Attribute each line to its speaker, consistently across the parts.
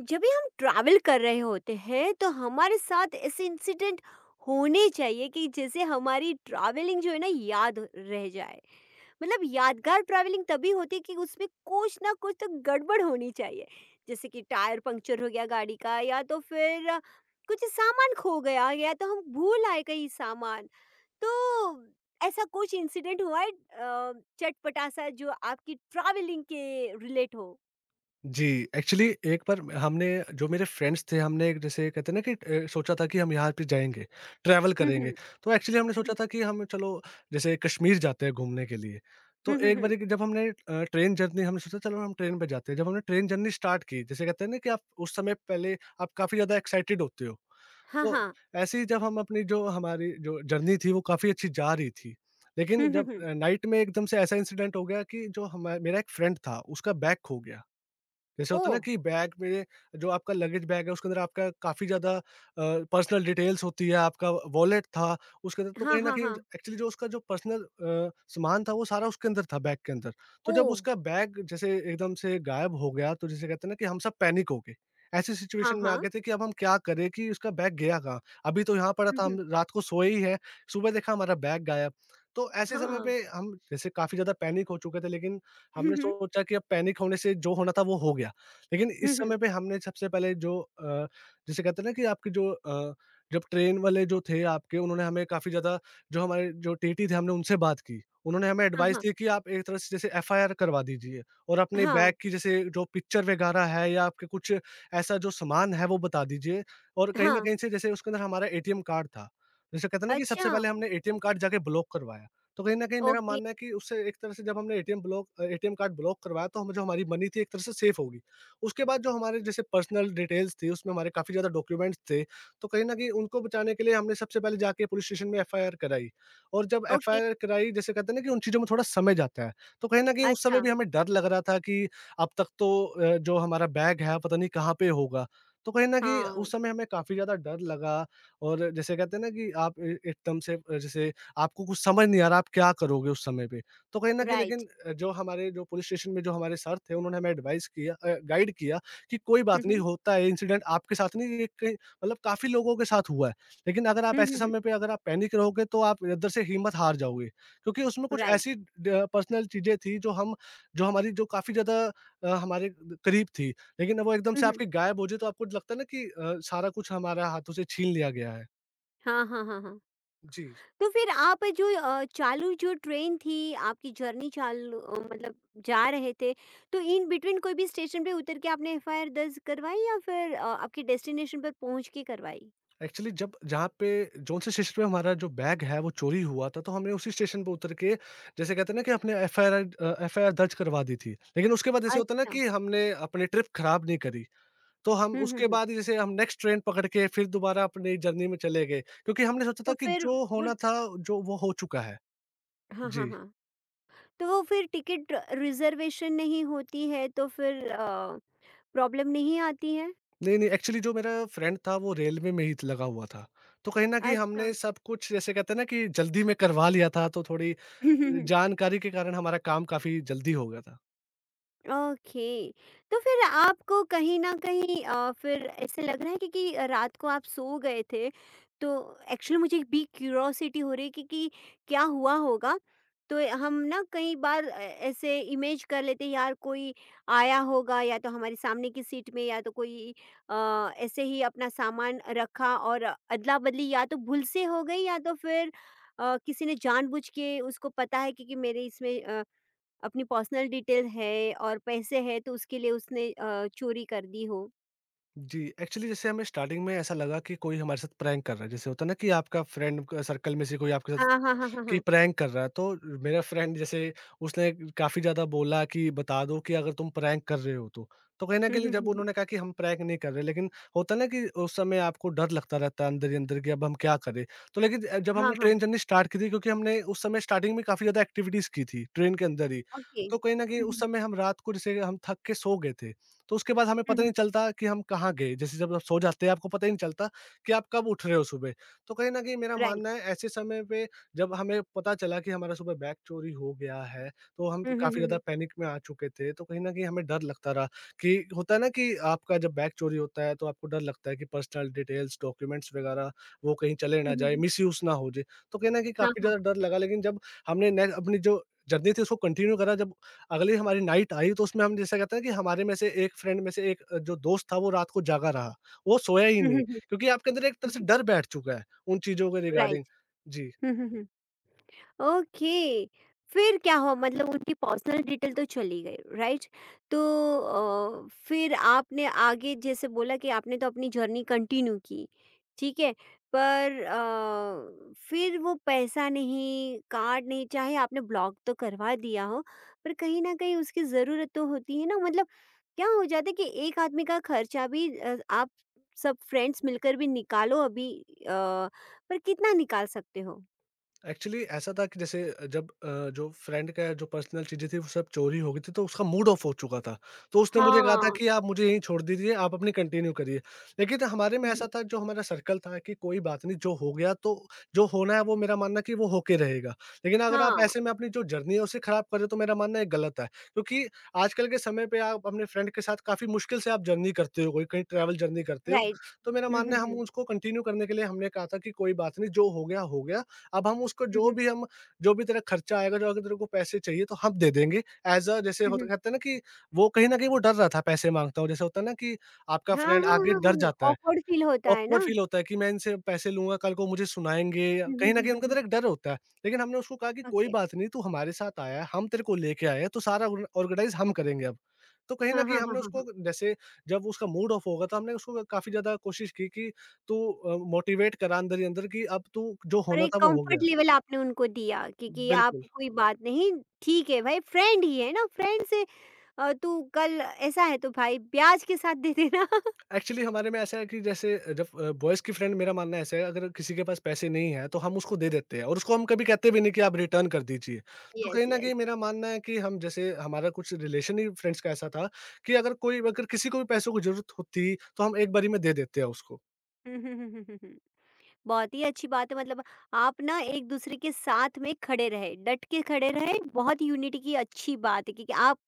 Speaker 1: जब भी हम ट्रैवल कर रहे होते हैं तो हमारे साथ ऐसे इंसिडेंट होने चाहिए कि जैसे हमारी ट्रैवलिंग जो है ना रह जाए। मतलब यादगार ट्रैवलिंग तभी होती है कि उसमें कुछ ना कुछ तो गड़बड़ होनी चाहिए। जैसे कि टायर पंक्चर हो गया गाड़ी का, या तो फिर कुछ सामान खो गया, या तो हम भूल आए कहीं सामान। तो ऐसा कुछ इंसिडेंट हुआ है चटपटा सा, जो आपकी ट्रैवलिंग के रिलेट हो।
Speaker 2: जी, एक्चुअली एक बार हमने जो मेरे फ्रेंड्स थे, हमने एक जैसे कहते हैं ना कि सोचा था कि हम यहाँ पे जाएँगे, ट्रैवल
Speaker 1: हम्म हम्म
Speaker 2: करेंगे। तो एक्चुअली हमने सोचा
Speaker 1: हम्म
Speaker 2: था कि हम चलो जैसे कश्मीर जाते हैं घूमने के लिए। तो
Speaker 1: हम्म हम्म
Speaker 2: एक
Speaker 1: हम्म।
Speaker 2: बारी कि जब हमने ट्रेन जर्नी हमने सोचा चलो हम ट्रेन पे जाते हैं। जब हमने ट्रेन जर्नी स्टार्ट की, जैसे कहते हैं ना कि आप उस समय पहले आप काफ़ी ज़्यादा एक्साइटेड होते हो।
Speaker 1: हाँ
Speaker 2: तो
Speaker 1: हाँ।
Speaker 2: ऐसे ही जब हम अपनी जो हमारी जो जर्नी थी वो काफ़ी अच्छी जा रही थी।
Speaker 1: हुँ,
Speaker 2: लेकिन
Speaker 1: हुँ,
Speaker 2: जब
Speaker 1: हुँ।
Speaker 2: नाइट में एकदम से ऐसा इंसिडेंट हो गया कि जो हमा मेरा एक फ्रेंड था, उसका बैग खो गया। जैसे होता है
Speaker 1: ओह!
Speaker 2: ना कि बैग में जो आपका लगेज बैग है उसके अंदर आपका काफ़ी ज़्यादा पर्सनल डिटेल्स होती है, आपका वॉलेट था, उसके अंदर तो
Speaker 1: हाँ,
Speaker 2: कहीं न
Speaker 1: हाँ,
Speaker 2: कहीं
Speaker 1: हाँ।
Speaker 2: एक्चुअली जो उसका जो पर्सनल सामान था वो सारा उसके अंदर था बैग के अंदर। तो जब
Speaker 1: ओह!
Speaker 2: उसका बैग जैसे एकदम से गायब हो गया तो जिसे कहते हैं ना कि हम सब पैनिक हो गए। ऐसी
Speaker 1: हाँ,
Speaker 2: सिचुएशन में आ
Speaker 1: हाँ।
Speaker 2: गए थे कि अब हम क्या करें कि उसका बैग गया कहाँ? अभी तो यहाँ पड़ा
Speaker 1: हुँ,
Speaker 2: था,
Speaker 1: हुँ।
Speaker 2: हम रात को सोए ही हैं, सुबह देखा हमारा बैग गायब। तो ऐसे समय पे
Speaker 1: हाँ।
Speaker 2: हम जैसे काफ़ी ज़्यादा पैनिक हो चुके थे, लेकिन
Speaker 1: हुँ,
Speaker 2: हमने
Speaker 1: हुँ।
Speaker 2: सोचा कि अब पैनिक होने से जो होना था वो हो गया। लेकिन
Speaker 1: हुँ,
Speaker 2: इस
Speaker 1: हुँ।
Speaker 2: समय पे हमने सबसे पहले जो जिसे कहते हैं ना कि आपकी जो जब ट्रेन वाले जो थे आपके उन्होंने हमें काफ़ी ज़्यादा जो हमारे जो टीटी थे हमने उनसे बात की। उन्होंने हमें
Speaker 1: हाँ,
Speaker 2: एडवाइस
Speaker 1: हाँ।
Speaker 2: दी कि आप एक तरह से जैसे एफआईआर करवा दीजिए, और अपने
Speaker 1: हाँ,
Speaker 2: बैग की जैसे जो पिक्चर वगैरह है या आपके कुछ ऐसा जो सामान है वो बता दीजिए। और कहीं न
Speaker 1: हाँ।
Speaker 2: कहीं से जैसे उसके अंदर हमारा एटीएम कार्ड था। जैसे कहते हैं ना कि
Speaker 1: अच्छा,
Speaker 2: सबसे पहले हमने एटीएम कार्ड जाके ब्लॉक करवाया। तो कहीं न कहीं मेरा
Speaker 1: ओके,
Speaker 2: मानना है कि उससे एक तरह से जब हमने एटीएम कार्ड ब्लॉक करवाया, तो हमें जो हमारी मनी थी एक तरह से सेफ हो गई। उसके बाद जो हमारे जैसे पर्सनल डिटेल्स थी, उसमें हमारे काफ़ी ज़्यादा डॉक्यूमेंट्स थे, तो कहीं न कहीं उनको बचाने के लिए हमने सबसे पहले जाके पुलिस स्टेशन में एफआईआर कराई, और जब
Speaker 1: ओके।
Speaker 2: एफआईआर कराई, जैसे कहते हैं ना कि उन चीज़ों में थोड़ा समय जाता है, तो कहीं न कहीं उस
Speaker 1: अच्छा,
Speaker 2: समय भी हमें डर लग रहा था कि अब तक तो जो हमारा बैग है पता नहीं कहाँ पे होगा। तो कहीं न कहीं
Speaker 1: हाँ,
Speaker 2: उस समय हमें काफ़ी ज़्यादा डर लगा। और जैसे कहते हैं ना कि आप ए एकदम से जैसे आपको कुछ समझ नहीं आ रहा, आप क्या करोगे उस समय पे? तो कहीं न कहीं
Speaker 1: राइट।
Speaker 2: लेकिन जो हमारे जो पुलिस स्टेशन में जो हमारे सर थे, उन्होंने हमें एडवाइस किया, गाइड किया कि कोई
Speaker 1: हुँ,
Speaker 2: बात नहीं,
Speaker 1: हुँ।
Speaker 2: होता है इंसिडेंट, आपके साथ नहीं ये कई मतलब काफ़ी लोगों के साथ हुआ है। लेकिन अगर आप
Speaker 1: हुँ,
Speaker 2: ऐसे
Speaker 1: हुँ, हुँ।
Speaker 2: समय पे अगर आप पैनिक रहोगे तो आप अंदर से हिम्मत हार जाओगे। क्योंकि उसमें कुछ ऐसी
Speaker 1: राइट।
Speaker 2: ड पर्सनल चीज़ें थी जो हम जो हमारी जो काफ़ी ज़्यादा हमारे करीब थी। लेकिन वो एकदम
Speaker 1: हुँ,
Speaker 2: से
Speaker 1: हुँ।
Speaker 2: आपके गायब हो जाए तो आपको लगता है ना कि सारा कुछ हमारा हाथों से छीन लिया गया है।
Speaker 1: हाँ, हाँ, हाँ, हाँ।
Speaker 2: जी।
Speaker 1: तो फिर आप जो चालू जो ट्रेन थी, आपकी जर्नी चालू, मतलब जा रहे थे, तो इन बिटवीन कोई भी स्टेशन पे उतर के आपने एफआईआर दर्ज करवाई, या फिर आपके डेस्टिनेशन पर पहुँच के करवाई?
Speaker 2: एक्चुअली जब जहाँ पे जौन से स्टेशन पे हमारा जो बैग है वो चोरी हुआ था, तो हमने उसी स्टेशन पे उतर के जैसे कहते हैं ना कि अपने एफआईआर दर्ज करवा दी थी। लेकिन उसके बाद जैसे होता है ना
Speaker 1: अच्छा।
Speaker 2: कि हमने अपनी ट्रिप खराब नहीं करी, तो हम
Speaker 1: हुँ, हुँ,
Speaker 2: उसके
Speaker 1: हुँ।
Speaker 2: बाद जैसे हम नेक्स्ट ट्रेन पकड़ के फिर दोबारा अपनी जर्नी में चले गए, क्योंकि हमने सोचा था
Speaker 1: तो
Speaker 2: कि
Speaker 1: फिर
Speaker 2: जो
Speaker 1: वो
Speaker 2: होना था, जो वो हो चुका है।
Speaker 1: हाँ, हाँ,
Speaker 2: जी।
Speaker 1: हाँ। तो वो फिर टिकट रिज़र्वेशन नहीं होती है तो फिर प्रॉब्लम नहीं आती है?
Speaker 2: नहीं, नहीं, एक्चुअली जो मेरा फ्रेंड था वो रेलवे में ही त लगा हुआ था। तो कहीं न कहीं
Speaker 1: अच्छा।
Speaker 2: हमने सब कुछ जैसे कहते हैं ना कि जल्दी में करवा लिया था, तो थोड़ी जानकारी के कारण हमारा काम काफ़ी जल्दी हो गया था।
Speaker 1: ओके। तो फिर आपको कहीं न कहीं फिर ऐसे लग रहा है कि रात को आप सो गए थे, तो एक्चुअली मुझे एक बिग क्यूरियोसिटी हो रही है कि क्या हुआ होगा? तो हम ना कई बार ऐसे इमेज कर लेते हैं यार, कोई आया होगा या तो हमारे सामने की सीट में या तो कोई अ, ऐसे ही अपना सामान रखा और अदला-बदली या तो भूल से हो गई, या तो फिर किसी ने जानबूझ के उसको पता है कि मेरे इसमें अपनी पर्सनल डिटेल है और पैसे हैं, तो उसके लिए उसने चोरी कर दी हो।
Speaker 2: जी, एक्चुअली जैसे हमें स्टार्टिंग में ऐसा लगा कि कोई हमारे साथ प्रैंक कर रहा है। जैसे होता है ना कि आपका फ्रेंड क सर्कल में से कोई आपके
Speaker 1: हाँ,
Speaker 2: साथ
Speaker 1: हाँ, हाँ, हाँ,
Speaker 2: कि
Speaker 1: हाँ।
Speaker 2: प्रैंक कर रहा है। तो मेरा फ्रेंड जैसे उसने काफ़ी ज़्यादा बोला कि बता दो कि अगर तुम प्रैंक कर रहे हो तो। तो कहीं न
Speaker 1: हुँ,
Speaker 2: कहीं
Speaker 1: हुँ,
Speaker 2: जब
Speaker 1: हुँ, हुँ।
Speaker 2: उन्होंने कहा कि हम प्रैंक नहीं कर रहे, लेकिन होता है ना कि उस समय आपको डर लगता रहता है अंदर ही अंदर कि अब हम क्या करें? तो लेकिन जब
Speaker 1: हाँ,
Speaker 2: हमने
Speaker 1: हाँ,
Speaker 2: ट्रेन जर्नी स्टार्ट की थी, क्योंकि हमने उस समय स्टार्टिंग में काफ़ी ज़्यादा एक्टिविटीज़ की थी ट्रेन के अंदर ही।
Speaker 1: ओके।
Speaker 2: तो कहीं न कहीं
Speaker 1: हुँ,
Speaker 2: उस
Speaker 1: हुँ,
Speaker 2: समय हम रात को जैसे हम थक के सो गए थे। तो उसके बाद हमें
Speaker 1: हुँ,
Speaker 2: पता
Speaker 1: हुँ,
Speaker 2: नहीं चलता कि हम कहाँ गए? जैसे जब आप सो जाते हैं आपको पता ही नहीं चलता कि आप कब उठ रहे हो सुबह। तो कहीं न कहीं मेरा मानना
Speaker 1: राइट।
Speaker 2: है ऐसे समय पे जब हमें पता चला कि हमारा सुबह बैग चोरी हो गया है, तो हम
Speaker 1: हुँ, हुँ,
Speaker 2: काफ़ी
Speaker 1: हुँ,
Speaker 2: ज़्यादा
Speaker 1: हुँ।
Speaker 2: पैनिक में आ चुके थे, तो कहीं न कहीं हमें डर लगता रहा कि होता है ना कि आपका जब बैग चोरी होता है, तो आपको डर लगता है कि पर्सनल डिटेल्स, डॉक्यूमेंट्स वगैरह वो कहीं चले
Speaker 1: हुँ,
Speaker 2: ना
Speaker 1: हुँ,
Speaker 2: जाएँ,
Speaker 1: हुँ।
Speaker 2: मिसयूज़ ना हो जाए। तो कहीं न कहीं
Speaker 1: हाँ,
Speaker 2: काफ़ी
Speaker 1: हाँ।
Speaker 2: ज़्यादा डर लगा, लेकिन जब हमने ने अपनी जो जर्नी थी उसको कंटिन्यू करा, जब अगली हमारी नाइट आई, तो उसमें हम जैसे कहते हैं कि हमारे में से एक फ्रेंड में से एक जो दोस्त था वो रात को जागा रहा, वो सोया ही
Speaker 1: हुँ,
Speaker 2: नहीं,
Speaker 1: हुँ, हुँ।
Speaker 2: क्योंकि आपके अंदर एक तरह
Speaker 1: हुँ,
Speaker 2: से
Speaker 1: हुँ,
Speaker 2: डर बैठ चुका है, उन चीज़ों के
Speaker 1: राइट।
Speaker 2: रिगार्डिंग। जी।
Speaker 1: हुँ, हुँ, हुँ। ओके। फिर क्या हुआ? मतलब उनकी पर्सनल डिटेल तो चली गई, राइट। तो फिर आपने आगे जैसे बोला कि आपने तो अपनी जर्नी कंटिन्यू की, ठीक है। पर फिर वो पैसा नहीं, कार्ड नहीं, चाहे आपने ब्लॉक तो करवा दिया हो, पर कहीं ना कहीं उसकी ज़रूरत तो होती है ना। मतलब क्या हो जाता है कि एक आदमी का खर्चा भी, आप सब फ्रेंड्स मिलकर भी निकालो अभी, पर कितना निकाल सकते हो?
Speaker 2: एक्चुअली ऐसा था कि जैसे जब जो फ्रेंड का जो पर्सनल चीज़ें थी वो सब चोरी हो गई थी, तो उसका मूड ऑफ हो चुका था। तो उसने मुझे कहा था
Speaker 1: हाँ।
Speaker 2: कि आप मुझे यहीं छोड़ दीजिए, आप अपनी कंटिन्यू करिए। लेकिन हमारे में ऐसा था, जो हमारा सर्कल था कि कोई बात नहीं, जो हो गया, तो जो होना है वो मेरा मानना है कि वो होके रहेगा। लेकिन अगर आप
Speaker 1: हाँ,
Speaker 2: ऐसे में अपनी जो जर्नी है उसे ख़राब कर रहे हो तो मेरा मानना है ये गलत है। क्योंकि आजकल के समय पे आप अपने फ्रेंड के साथ काफ़ी मुश्किल से आप जर्नी करते हो, कोई कहीं ट्रैवल जर्नी करते हो।
Speaker 1: राइट।
Speaker 2: तो मेरा
Speaker 1: हुँ,
Speaker 2: मानना
Speaker 1: हुँ,
Speaker 2: है हम
Speaker 1: हुँ।
Speaker 2: उसको कंटिन्यू करने के लिए हमने कहा था कि कोई बात नहीं, जो हो गया, हो गया। अब हम उसको
Speaker 1: हुँ, हुँ।
Speaker 2: जो भी तेरा खर्चा आएगा, जो अगर तेरे को पैसे चाहिए तो हम दे देंगे। ऐज़ अ जैसे
Speaker 1: हुँ,
Speaker 2: होता
Speaker 1: हुँ।
Speaker 2: कहते हैं ना कि वो कहीं न कहीं वो डर रहा था पैसे माँगता हूँ। जैसे होता है ना कि आपका
Speaker 1: हाँ,
Speaker 2: फ्रेंड
Speaker 1: हाँ,
Speaker 2: आगे
Speaker 1: हाँ, हाँ,
Speaker 2: डर
Speaker 1: हाँ।
Speaker 2: जाता है,
Speaker 1: ऑकवर्ड फील होता है
Speaker 2: ऑकवर्ड
Speaker 1: ना?
Speaker 2: फ़ील होता है कि मैं इनसे पैसे लूँगा, कल को मुझे सुनाएँगे।
Speaker 1: हुँ, हुँ,
Speaker 2: कहीं न
Speaker 1: हुँ,
Speaker 2: कहीं
Speaker 1: हुँ,
Speaker 2: उनके
Speaker 1: हुँ।
Speaker 2: अंदर एक डर होता है। लेकिन हमने उसको कहा कि कोई
Speaker 1: ओके।
Speaker 2: बात नहीं, तू हमारे साथ आया है, हम तेरे को लेके आए हैं, तो सारा ऑर्गेनाइज़ हम करेंगे अब। तो कहीं न
Speaker 1: हाँ, हाँ,
Speaker 2: कहीं
Speaker 1: हाँ,
Speaker 2: हमने
Speaker 1: हाँ, हाँ।
Speaker 2: उसको जैसे जब उसका मूड ऑफ होगा तो हमने उसको काफ़ी ज़्यादा कोशिश की कि तू मोटिवेट करा अंदर ही अंदर कि अब तू जो
Speaker 1: और
Speaker 2: होना
Speaker 1: एक
Speaker 2: था वो हो
Speaker 1: कम्फर्ट
Speaker 2: गया।
Speaker 1: लेवल आपने उनको दिया कि आप
Speaker 2: बिल्कुल।
Speaker 1: कोई बात नहीं, ठीक है भाई, फ्रेंड ही है ना, फ्रेंड से। तू कल ऐसा है तो भाई ब्याज के साथ दे देना।
Speaker 2: एक्चुअली हमारे में ऐसा है कि जैसे जब बॉयज़ की फ्रेंड मेरा मानना ऐसा है अगर किसी के पास पैसे नहीं है तो हम उसको दे देते हैं, और उसको हम कभी कहते भी नहीं कि आप रिटर्न कर दीजिए। तो कहीं
Speaker 1: यस,
Speaker 2: न
Speaker 1: यस,
Speaker 2: कहीं मेरा
Speaker 1: यस।
Speaker 2: मानना है कि हम जैसे हमारा कुछ रिलेशन ही फ्रेंड्स का ऐसा था कि अगर कोई अगर किसी को भी पैसों की ज़रूरत होती तो हम एक बारी में दे देते हैं उसको।
Speaker 1: हुँ, हुँ, हुँ, हुँ, हुँ, हुँ। बहुत ही अच्छी बात है। मतलब आप ना एक दूसरे के साथ में खड़े रहे, डट के खड़े रहे, बहुत यूनिटी की अच्छी बात है, क्योंकि आप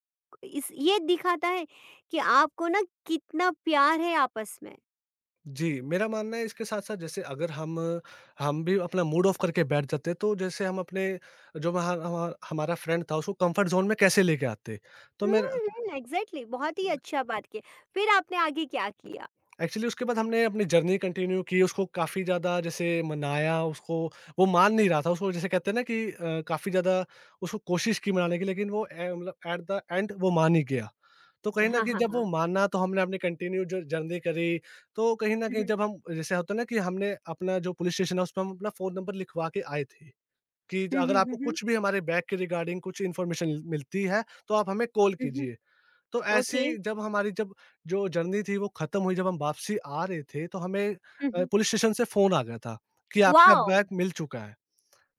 Speaker 1: इस ये दिखाता है कि आपको ना कितना प्यार है आपस में।
Speaker 2: जी, मेरा मानना है इसके साथ-साथ जैसे अगर हम भी अपना मूड ऑफ करके बैठ जाते तो जैसे हम अपने जो वहाँ हमारा फ्रेंड था उसको कम्फर्ट ज़ोन में कैसे लेके आते। तो
Speaker 1: हुँ,
Speaker 2: मेरा
Speaker 1: हुँ, एग्ज़ैक्टली। बहुत ही अच्छा बात की। फिर आपने आगे क्या किया?
Speaker 2: एक्चुअली उसके बाद हमने अपनी जर्नी कंटिन्यू की, उसको काफ़ी ज़्यादा जैसे मनाया, उसको वो मान नहीं रहा था, उसको जैसे कहते हैं ना कि काफ़ी ज़्यादा उसको कोशिश की मनाने की, लेकिन वो ए मतलब एट द एंड वो मान ही गया। तो कहीं न
Speaker 1: हाँ,
Speaker 2: कहीं
Speaker 1: हाँ,
Speaker 2: जब वो
Speaker 1: हाँ।
Speaker 2: माना तो हमने अपनी कंटिन्यू जो जर्नी करी, तो कहीं न
Speaker 1: हुँ,
Speaker 2: कहीं
Speaker 1: हुँ।
Speaker 2: जब हम जैसे होता है ना कि हमने अपना जो पुलिस स्टेशन है उसमें हम अपना फ़ोन नंबर लिखवा के आए थे, कि
Speaker 1: हुँ,
Speaker 2: अगर
Speaker 1: हुँ, हुँ,
Speaker 2: आपको
Speaker 1: हुँ।
Speaker 2: कुछ भी हमारे बैग के रिगार्डिंग कुछ इन्फॉर्मेशन मिलती है, तो आप हमें कॉल
Speaker 1: हुँ, हुँ।
Speaker 2: कीजिए। तो
Speaker 1: ओके।
Speaker 2: ऐसी जब हमारी जब जो जर्नी थी वो खत्म हुई, जब हम वापसी आ रहे थे, तो हमें
Speaker 1: हुँ, हुँ।
Speaker 2: पुलिस स्टेशन से फ़ोन आ गया था कि आपका
Speaker 1: वॉव!
Speaker 2: बैग मिल चुका है।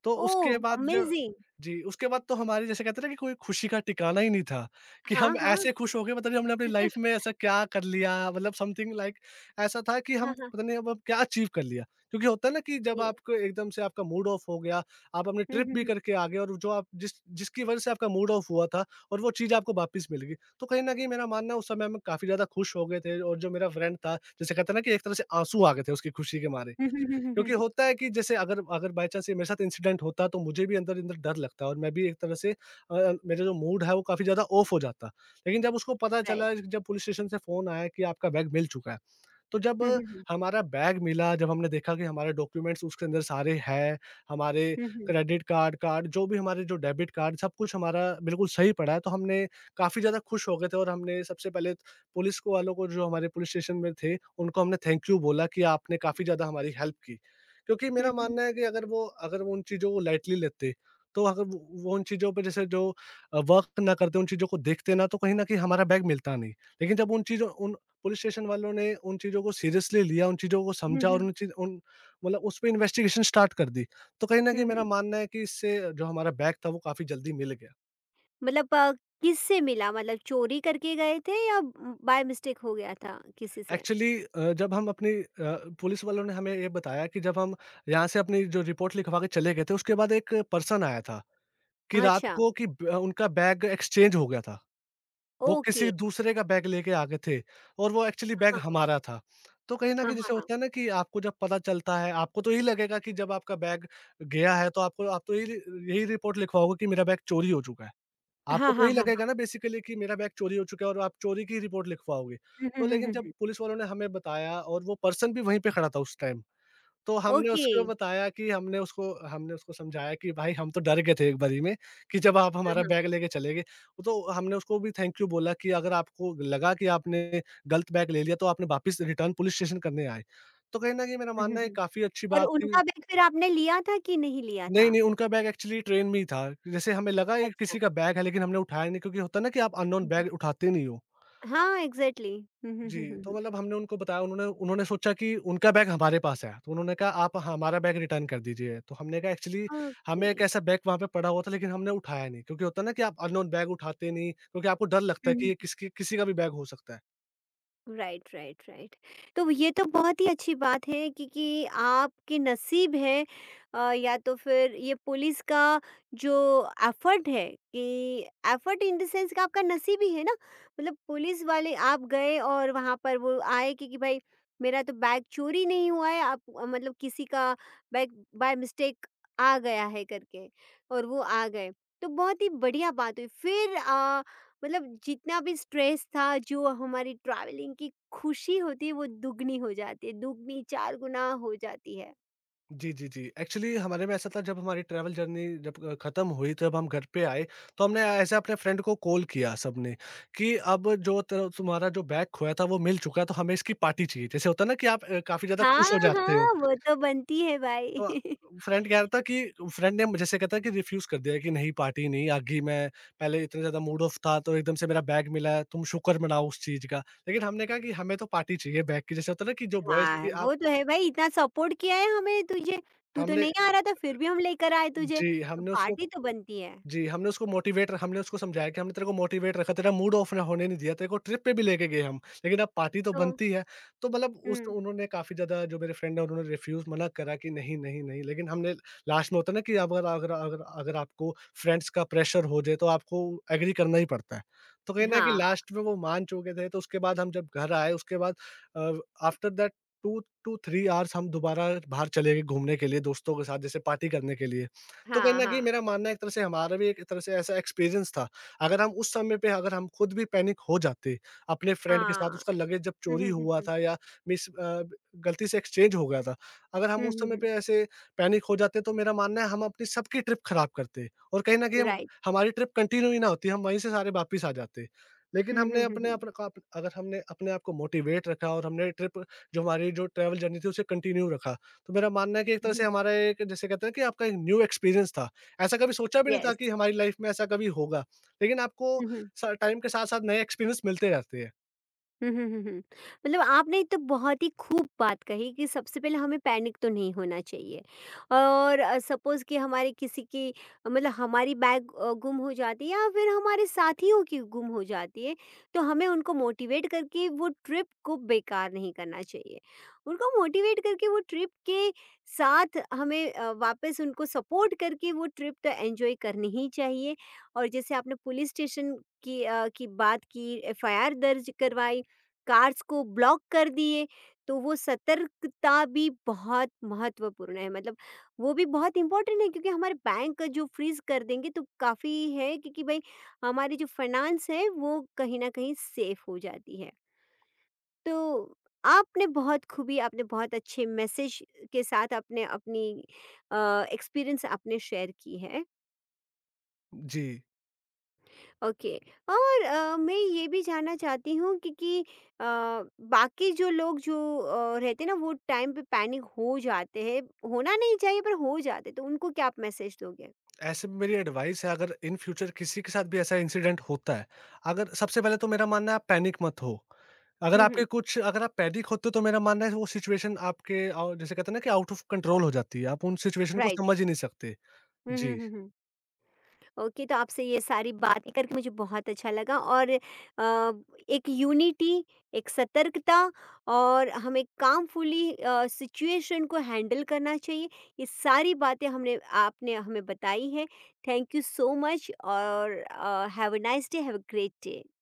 Speaker 2: तो उसके
Speaker 1: ओह!
Speaker 2: बाद ज
Speaker 1: अमेज़िंग।
Speaker 2: जी, उसके बाद तो हमारी जैसे कहते हैं ना कि कोई खुशी का ठिकाना ही नहीं था, कि हम
Speaker 1: हाँ, हाँ।
Speaker 2: ऐसे खुश हो गए, पता नहीं हमने अपनी लाइफ़ में ऐसा क्या कर लिया, मतलब समथिंग लाइक ऐसा था कि
Speaker 1: हाँ,
Speaker 2: हम
Speaker 1: हाँ।
Speaker 2: पता नहीं अब हम क्या अचीव कर लिया। क्योंकि होता है ना कि जब
Speaker 1: ये
Speaker 2: आपको एकदम से आपका मूड ऑफ हो गया, आप अपनी
Speaker 1: हुँ,
Speaker 2: ट्रिप
Speaker 1: हुँ,
Speaker 2: भी
Speaker 1: हुँ।
Speaker 2: करके आ गए, और जो आप जिसकी वज़ह से आपका मूड ऑफ हुआ था और वो चीज़ आपको वापस मिल गई। तो कहीं न कहीं मेरा मानना है उस समय हम काफ़ी ज़्यादा खुश हो गए थे, और जो मेरा फ्रेंड था, जैसे कहते हैं ना कि एक तरह से आँसू आ गए थे उसकी खुशी के मारे।
Speaker 1: हुँ, हुँ, हुँ, हुँ, हुँ,
Speaker 2: क्योंकि
Speaker 1: हुँ।
Speaker 2: होता है कि जैसे अगर अगर बाय चांस ये मेरे साथ इंसिडेंट होता, तो मुझे भी अंदर-अंदर डर लगता, और मैं भी एक तरह से मेरा जो मूड है वो काफ़ी ज़्यादा ऑफ हो जाता। लेकिन जब उसको पता
Speaker 1: राइट।
Speaker 2: चला, जब पुलिस स्टेशन से फ़ोन आया कि आपका बैग मिल चुका है, तो जब
Speaker 1: हुँ, हुँ, हुँ।
Speaker 2: हमारा बैग मिला, जब हमने देखा कि हमारे डॉक्यूमेंट्स उसके अंदर सारे हैं, हमारे
Speaker 1: हुँ, हुँ।
Speaker 2: क्रेडिट कार्ड कार्ड जो भी हमारे, जो डेबिट कार्ड, सब कुछ हमारा बिल्कुल सही पड़ा है, तो हमने काफ़ी ज़्यादा खुश हो गए थे। और हमने सबसे पहले पुलिस को, वालों को जो हमारे पुलिस स्टेशन में थे, उनको हमने थैंक यू बोला कि आपने काफ़ी ज़्यादा हमारी हेल्प की। क्योंकि
Speaker 1: हुँ,
Speaker 2: मेरा
Speaker 1: हुँ।
Speaker 2: मानना है कि अगर वो उन चीज़ों को लाइटली लेते, तो अगर वो उन चीज़ों पे जैसे जो वर्क ना करते, उन चीज़ों को देखते ना, तो कहीं न कहीं हमारा बैग मिलता नहीं। लेकिन जब उन पुलिस स्टेशन वालों ने उन चीज़ों को सीरियसली लिया, उन चीज़ों को
Speaker 1: हुँ,
Speaker 2: समझा,
Speaker 1: हुँ।
Speaker 2: और उन चीज़ उन मतलब उस पे इन्वेस्टिगेशन स्टार्ट कर दी। तो कहीं न
Speaker 1: हुँ,
Speaker 2: कहीं मेरा
Speaker 1: हुँ।
Speaker 2: मानना है कि इससे जो हमारा बैग था वो काफ़ी जल्दी मिल गया।
Speaker 1: मतलब किससे मिला? मतलब चोरी करके गए थे या बाय मिस्टेक हो गया था किसी से?
Speaker 2: एक्चुअली जब हम अपनी अ, पुलिस वालों ने हमें ये बताया कि जब हम यहाँ से अपनी जो रिपोर्ट लिखवा के चले गए थे, उसके बाद एक पर्सन आया था कि रात
Speaker 1: अच्छा,
Speaker 2: को कि ब उनका बैग एक्सचेंज हो गया था। वो
Speaker 1: ओके।
Speaker 2: किसी दूसरे का बैग लेके आ गए थे, और वो एक्चुअली बैग
Speaker 1: हाँ,
Speaker 2: हमारा था। तो कहीं न
Speaker 1: हाँ,
Speaker 2: कहीं
Speaker 1: हाँ,
Speaker 2: जैसे
Speaker 1: हाँ।
Speaker 2: होता है ना कि आपको जब पता चलता है, आपको तो यही लगेगा कि जब आपका बैग गया है, तो आपको आप तो यही यही रिपोर्ट लिखवाओगे कि मेरा बैग चोरी हो चुका है।
Speaker 1: हाँ,
Speaker 2: आपको तो
Speaker 1: हाँ,
Speaker 2: यही
Speaker 1: हाँ, हाँ।
Speaker 2: लगेगा ना बेसिकली कि मेरा बैग चोरी हो चुका है, और आप चोरी की रिपोर्ट लिखवाओगे।
Speaker 1: हुँ, हुँ,
Speaker 2: तो
Speaker 1: हुँ,
Speaker 2: लेकिन
Speaker 1: हुँ,
Speaker 2: जब
Speaker 1: हुँ।
Speaker 2: पुलिस वालों ने हमें बताया, और वो पर्सन भी वहीं पे खड़ा था उस टाइम। तो हमने
Speaker 1: ओके।
Speaker 2: उसको बताया कि हमने उसको समझाया कि भाई हम तो डर गए थे एक बारी में, कि जब आप
Speaker 1: हाँ,
Speaker 2: हमारा
Speaker 1: हाँ।
Speaker 2: बैग लेके चले गए। तो हमने उसको भी थैंक यू बोला कि अगर आपको लगा कि आपने गलत बैग ले लिया, तो आपने वापस रिटर्न पुलिस स्टेशन करने आए। तो कहीं न कहीं मेरा
Speaker 1: हुँ, हुँ,
Speaker 2: मानना है
Speaker 1: हुँ।
Speaker 2: काफ़ी अच्छी
Speaker 1: और
Speaker 2: बात थी।
Speaker 1: उनका बैग फिर आपने लिया था कि नहीं लिया
Speaker 2: नहीं,
Speaker 1: था?
Speaker 2: नहीं, उनका बैग एक्चुअली ट्रेन में ही था। जैसे हमें लगा ये
Speaker 1: अच्छा।
Speaker 2: किसी का बैग है, लेकिन हमने उठाया नहीं, क्योंकि होता है ना कि आप अननोन
Speaker 1: हुँ, हुँ।
Speaker 2: बैग उठाते नहीं हो।
Speaker 1: हाँ, एग्ज़ैक्टली। हुँ, हुँ,
Speaker 2: जी,
Speaker 1: हुँ, हुँ,
Speaker 2: तो
Speaker 1: हुँ।
Speaker 2: मतलब हमने उनको बताया, उन्होंने उन्होंने सोचा कि उनका बैग हमारे पास है, तो उन्होंने कहा आप हमारा बैग रिटर्न कर दीजिए। तो हमने कहा एक्चुअली
Speaker 1: ओके।
Speaker 2: हमें एक ऐसा बैग वहाँ पे पड़ा हुआ था, लेकिन हमने उठाया नहीं, क्योंकि होता है ना कि आप अननोन बैग उठाते नहीं, क्योंकि आपको डर लगता
Speaker 1: हुँ,
Speaker 2: है कि
Speaker 1: हुँ।
Speaker 2: ये किसकी किसी का भी बैग हो सकता है।
Speaker 1: Right, right, right. तो ये तो बहुत ही अच्छी बात है कि आपके नसीब है, या तो फिर ये पुलिस का जो एफर्ट है, कि एफर्ट इन द सेंस का आपका नसीब ही है ना। मतलब पुलिस वाले आप गए और वहाँ पर वो आए कि भाई मेरा तो बैग चोरी नहीं हुआ है, आप मतलब किसी का बैग बाय मिस्टेक आ गया है करके, और वो आ गए, तो बहुत ही बढ़िया बात हुई फिर। मतलब जितना भी स्ट्रेस था, जो हमारी ट्रैवलिंग की खुशी होती है वो दुगनी हो जाती है, दुगनी, चार गुना हो जाती है।
Speaker 2: जी, जी, जी। एक्चुअली हमारे में ऐसा था, जब हमारी ट्रैवल जर्नी जब खत्म हुई, तब हम घर पे आए, तो हमने ऐसे अपने फ्रेंड को कॉल किया सबने कि अब जो त तुम्हारा जो बैग खोया था वो मिल चुका है, तो हमें इसकी पार्टी चाहिए। जैसे होता है ना कि आप काफ़ी ज़्यादा
Speaker 1: हाँ।
Speaker 2: खुश हो जाते हो।
Speaker 1: हाँ, वो तो बनती है भाई।
Speaker 2: तो फ्रेंड कह रहा था कि फ्रेंड ने जैसे कहता है कि रिफ्यूज़ कर दिया कि नहीं, पार्टी नहीं, आगे मैं पहले इतना ज़्यादा मूड ऑफ था, तो एकदम से मेरा बैग मिला है, तुम शुक्र मनाओ उस चीज़ का। लेकिन हमने कहा कि हमें तो पार्टी चाहिए बैग की, जैसे होता है ना कि जो बॉयज़
Speaker 1: हाँ,
Speaker 2: की आप
Speaker 1: वो तो है भाई, इतना सपोर्ट किया है हमें तुझे, तू तो
Speaker 2: हमने
Speaker 1: नहीं आ रहा था फिर भी हम लेकर आए तुझे,
Speaker 2: जी,
Speaker 1: तो
Speaker 2: हमने उसको
Speaker 1: पार्टी तो बनती है।
Speaker 2: जी, हमने उसको समझाया कि हमने तेरे को मोटिवेट रखा, तेरा मूड ऑफ ना होने नहीं दिया, तेरे को ट्रिप पे भी लेके गए हम, लेकिन अब पार्टी तो
Speaker 1: तो
Speaker 2: बनती है। तो मतलब उस
Speaker 1: हुँ।
Speaker 2: उन्होंने काफ़ी ज़्यादा, जो मेरे फ्रेंड हैं उन्होंने रिफ्यूज़ मना करा कि नहीं, नहीं, नहीं। लेकिन हमने लास्ट में, होता है ना कि अगर अगर अगर अगर आपको फ्रेंड्स का प्रेशर हो जाए, तो आपको एग्री करना ही पड़ता है। तो कहीं न कहीं
Speaker 1: हाँ,
Speaker 2: लास्ट में वो मान चुके थे, तो उसके बाद हम जब घर आए, उसके बाद uh, after that 2 to 3 hours हम दोबारा बाहर चले गए घूमने के लिए दोस्तों के साथ, जैसे पार्टी करने के लिए। तो कहीं
Speaker 1: हाँ,
Speaker 2: न कहीं
Speaker 1: हाँ,
Speaker 2: मेरा मानना है एक तरह से हमारा भी एक तरह से ऐसा एक्सपीरियंस था। अगर हम उस समय पे, अगर हम खुद भी पैनिक हो जाते, अपने फ्रेंड के साथ
Speaker 1: हाँ।
Speaker 2: उसका लगेज जब
Speaker 1: हुँ,
Speaker 2: चोरी
Speaker 1: हुँ, हुँ,
Speaker 2: हुआ
Speaker 1: हुँ,
Speaker 2: था, या मिस अ, गलती से एक्सचेंज हो गया था। अगर
Speaker 1: हुँ,
Speaker 2: हम उस
Speaker 1: हुँ,
Speaker 2: समय
Speaker 1: हुँ,
Speaker 2: पे ऐसे पैनिक हो जाते, तो मेरा मानना है हम अपनी सबकी ट्रिप खराब करते, और कहीं न कहीं हम
Speaker 1: राइट।
Speaker 2: हमारी ट्रिप कंटिन्यू ही ना होती, हम वहीं से सारे वापिस आ जाते। लेकिन
Speaker 1: हुँ,
Speaker 2: हमने
Speaker 1: हुँ, हुँ,
Speaker 2: अपने आप,
Speaker 1: हुँ,
Speaker 2: अगर हमने अपने आप को मोटिवेट रखा और हमने ट्रिप जो हमारी, जो ट्रैवल जर्नी थी उसे कंटिन्यू रखा। तो मेरा मानना है कि एक
Speaker 1: हुँ,
Speaker 2: तरह से
Speaker 1: हुँ,
Speaker 2: हमारा एक, जैसे कहते हैं कि आपका एक न्यू एक्सपीरियंस था। ऐसा कभी सोचा भी नहीं था
Speaker 1: येस।
Speaker 2: कि हमारी लाइफ़ में ऐसा कभी होगा। लेकिन आपको
Speaker 1: हुँ, हुँ।
Speaker 2: स टाइम के साथ-साथ नए एक्सपीरियंस मिलते रहते हैं।
Speaker 1: हुँ, हुँ, हुँ, हुँ। मतलब आपने तो बहुत ही खूब बात कही कि सबसे पहले हमें पैनिक तो नहीं होना चाहिए, और सपोज़ कि हमारे किसी की, मतलब हमारी बैग गुम हो जाती है, या फिर हमारे साथियों की गुम हो जाती है, तो हमें उनको मोटिवेट करके वो ट्रिप को बेकार नहीं करना चाहिए। उनको मोटिवेट करके वो ट्रिप के साथ हमें वापस उनको सपोर्ट करके वो ट्रिप तो एन्जॉय करनी ही चाहिए। और जैसे आपने पुलिस स्टेशन की बात की, एफआईआर दर्ज करवाई, कार्स को ब्लॉक कर दिए, तो वो सतर्कता भी बहुत महत्वपूर्ण है। मतलब वो भी बहुत इम्पोर्टेंट है, क्योंकि हमारे बैंक का जो फ्रीज कर देंगे तो काफ़ी है, क्योंकि भाई हमारी जो फाइनेंस है वो कहीं ना कहीं सेफ हो जाती है। तो आपने बहुत खूबी, आपने बहुत अच्छे मैसेज के साथ आपने अपनी एक्सपीरियंस आपने शेयर की है।
Speaker 2: जी,
Speaker 1: ओके। और मैं ये भी जानना चाहती हूँ कि बाकी जो लोग जो रहते हैं ना, वो टाइम पे पैनिक हो जाते हैं, होना नहीं चाहिए, पर हो जाते, तो उनको क्या आप मैसेज दोगे?
Speaker 2: ऐसे में मेरी एडवाइस है, अगर इन फ्यूचर किसी के साथ भी ऐसा इंसिडेंट होता है, अगर सबसे पहले तो मेरा मानना है आप पैनिक मत हो। अगर
Speaker 1: हुँ, हुँ,
Speaker 2: आपके कुछ अगर आप पैनिक होते हो, तो मेरा मानना है वो सिचुएशन आपके औ जैसे कहते हैं ना कि आउट ऑफ कंट्रोल हो जाती है। आप उन सिचुएशन को
Speaker 1: राइट।
Speaker 2: समझ ही नहीं सकते।
Speaker 1: हुँ, हुँ, हुँ,
Speaker 2: जी।
Speaker 1: हुँ। ओके। तो आपसे ये सारी बातें करके मुझे बहुत अच्छा लगा, और एक यूनिटी, एक सतर्कता, और हमें कामफुली सिचुएशन को हैंडल करना चाहिए, ये सारी बातें हमने, आपने हमें बताई है। थैंक यू सो मच, और have a nice day, have a great day.